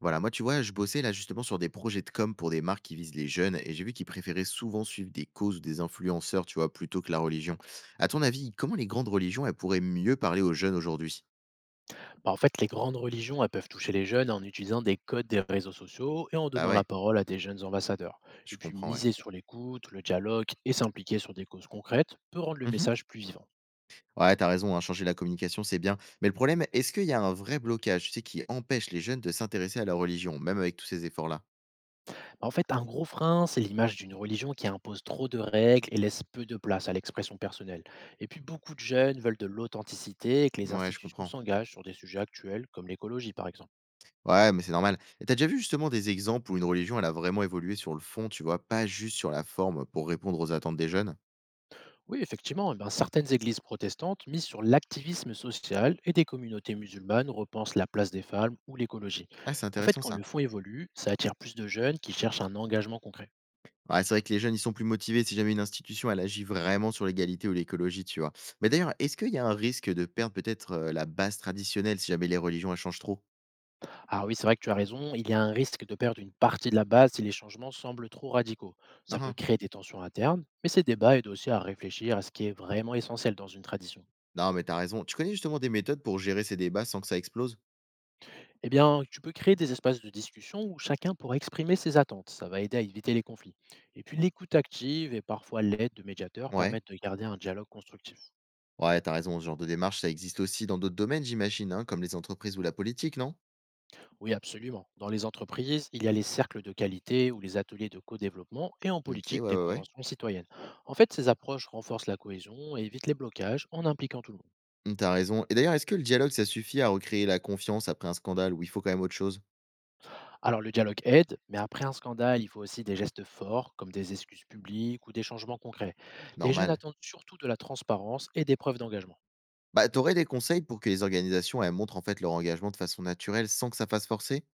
Voilà, moi, tu vois, je bossais là justement sur des projets de com pour des marques qui visent les jeunes et j'ai vu qu'ils préféraient souvent suivre des causes ou des influenceurs, tu vois, plutôt que la religion. À ton avis, comment les grandes religions, elles pourraient mieux parler aux jeunes aujourd'hui? Bah, en fait, les grandes religions, elles peuvent toucher les jeunes en utilisant des codes des réseaux sociaux et en Bah donnant la ouais, parole à des jeunes ambassadeurs. Et je puis, comprends, ouais. miser sur l'écoute, le dialogue et s'impliquer sur des causes concrètes peut rendre le Mhm. message plus vivant. Ouais, t'as raison, hein, changer la communication, c'est bien. Mais le problème, est-ce qu'il y a un vrai blocage, tu sais, qui empêche les jeunes de s'intéresser à la religion, même avec tous ces efforts-là? Bah, en fait, un gros frein, c'est l'image d'une religion qui impose trop de règles et laisse peu de place à l'expression personnelle. Et puis, beaucoup de jeunes veulent de l'authenticité et que les Ouais, je institutions comprends. s'engagent sur des sujets actuels comme l'écologie, par exemple. Ouais, mais c'est normal. Et t'as déjà vu justement des exemples où une religion, elle a vraiment évolué sur le fond, tu vois, pas juste sur la forme pour répondre aux attentes des jeunes? Oui, effectivement, eh ben, certaines églises protestantes misent sur l'activisme social et des communautés musulmanes repensent la place des femmes ou l'écologie. Ah, c'est En fait, intéressant quand le ça. fonds évolue, ça attire plus de jeunes qui cherchent un engagement concret. Ouais, c'est vrai que les jeunes, ils sont plus motivés si jamais une institution, elle agit vraiment sur l'égalité ou l'écologie, tu vois. Mais d'ailleurs, est-ce qu'il y a un risque de perdre peut-être la base traditionnelle si jamais les religions, elles changent trop? Ah oui, c'est vrai que tu as raison, il y a un risque de perdre une partie de la base si les changements semblent trop radicaux. Ça Hein, peut hein. créer des tensions internes, mais ces débats aident aussi à réfléchir à ce qui est vraiment essentiel dans une tradition. Non, mais t'as raison. Tu connais justement des méthodes pour gérer ces débats sans que ça explose? Eh bien, tu peux créer des espaces de discussion où chacun pourra exprimer ses attentes. Ça va aider à éviter les conflits. Et puis, l'écoute active et parfois l'aide de médiateurs Ouais. permettent de garder un dialogue constructif. Ouais, t'as raison. Ce genre de démarche, ça existe aussi dans d'autres domaines, j'imagine, hein, comme les entreprises ou la politique, non? Oui, absolument. Dans les entreprises, il y a les cercles de qualité ou les ateliers de co-développement et en Ok, ouais, politique, des ouais, ouais. conventions citoyennes. En fait, ces approches renforcent la cohésion et évitent les blocages en impliquant tout le monde. T'as raison. Et d'ailleurs, est-ce que le dialogue, ça suffit à recréer la confiance après un scandale où il faut quand même autre chose? Alors, le dialogue aide, mais après un scandale, il faut aussi des gestes forts, comme des excuses publiques ou des changements concrets. Les jeunes Normal. attendent surtout de la transparence et des preuves d'engagement. Bah, t'aurais des conseils pour que les organisations, elles montrent en fait leur engagement de façon naturelle sans que ça fasse forcer?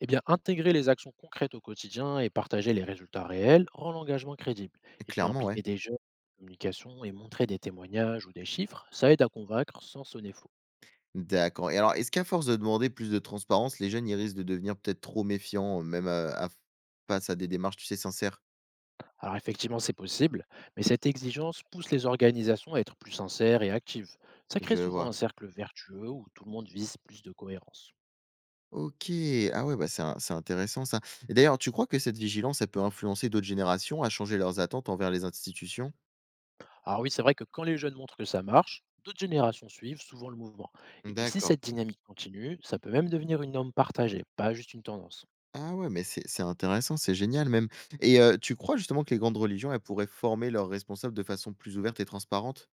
Eh bien, intégrer les actions concrètes au quotidien et partager les résultats réels rend l'engagement crédible. Et puis Clairement, ouais. impliquer des jeunes en communication et montrer des témoignages ou des chiffres, ça aide à convaincre sans sonner faux. D'accord. Et alors, est-ce qu'à force de demander plus de transparence, les jeunes, ils risquent de devenir peut-être trop méfiants, même face à des démarches, tu sais, sincères? Alors effectivement, c'est possible, mais cette exigence pousse les organisations à être plus sincères et actives. Ça crée Je souvent vois. un cercle vertueux où tout le monde vise plus de cohérence. Ok. Ah ouais, bah c'est intéressant ça. Et d'ailleurs, tu crois que cette vigilance, elle peut influencer d'autres générations à changer leurs attentes envers les institutions? Alors oui, c'est vrai que quand les jeunes montrent que ça marche, d'autres générations suivent souvent le mouvement. Et puis si D'accord. cette dynamique continue, ça peut même devenir une norme partagée, pas juste une tendance. Ah ouais, mais c'est intéressant, c'est génial même. Et tu crois justement que les grandes religions, elles pourraient former leurs responsables de façon plus ouverte et transparente?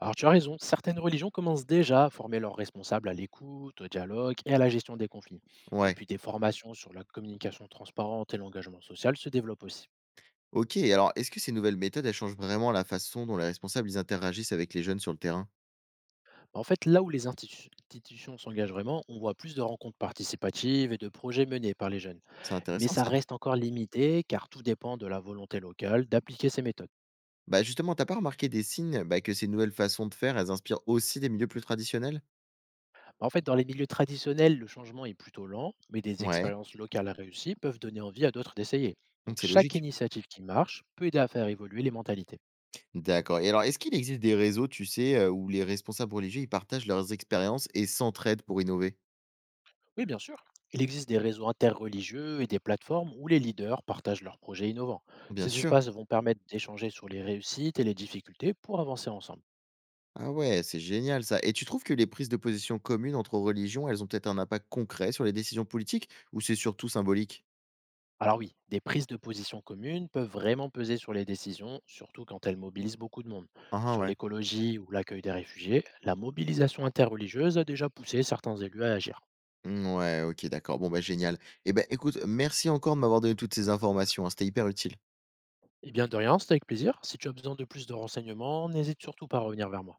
Alors tu as raison, certaines religions commencent déjà à former leurs responsables à l'écoute, au dialogue et à la gestion des conflits. Et Ouais. puis des formations sur la communication transparente et l'engagement social se développent aussi. OK, alors est-ce que ces nouvelles méthodes, elles changent vraiment la façon dont les responsables, ils interagissent avec les jeunes sur le terrain? En fait, là où les institutions s'engagent vraiment, on voit plus de rencontres participatives et de projets menés par les jeunes. C'est Mais intéressant ça ça. reste encore limité car tout dépend de la volonté locale d'appliquer ces méthodes. Bah justement, t'as pas remarqué des signes, bah, que ces nouvelles façons de faire, elles inspirent aussi des milieux plus traditionnels? En fait, dans les milieux traditionnels, le changement est plutôt lent, mais des Ouais, expériences locales réussies peuvent donner envie à d'autres d'essayer. donc Donc c'est chaque logique. initiative qui marche peut aider à faire évoluer les mentalités. D'accord. Et alors, est-ce qu'il existe des réseaux, tu sais, où les responsables religieux, ils partagent leurs expériences et s'entraident pour innover? Oui, bien sûr. Il existe des réseaux interreligieux et des plateformes où les leaders partagent leurs projets innovants. Bien Ces sûr. espaces vont permettre d'échanger sur les réussites et les difficultés pour avancer ensemble. Ah ouais, c'est génial ça. Et tu trouves que les prises de position communes entre religions, elles ont peut-être un impact concret sur les décisions politiques ou c'est surtout symbolique? Alors oui, des prises de position communes peuvent vraiment peser sur les décisions, surtout quand elles mobilisent beaucoup de monde. Ah ah, Sur ouais. l'écologie ou l'accueil des réfugiés, la mobilisation interreligieuse a déjà poussé certains élus à agir. Mm, ouais, OK, d'accord. Bon, bah, génial. Et ben écoute, merci encore de m'avoir donné toutes ces informations, hein, c'était hyper utile. Eh bien, de rien, c'était avec plaisir. Si tu as besoin de plus de renseignements, n'hésite surtout pas à revenir vers moi.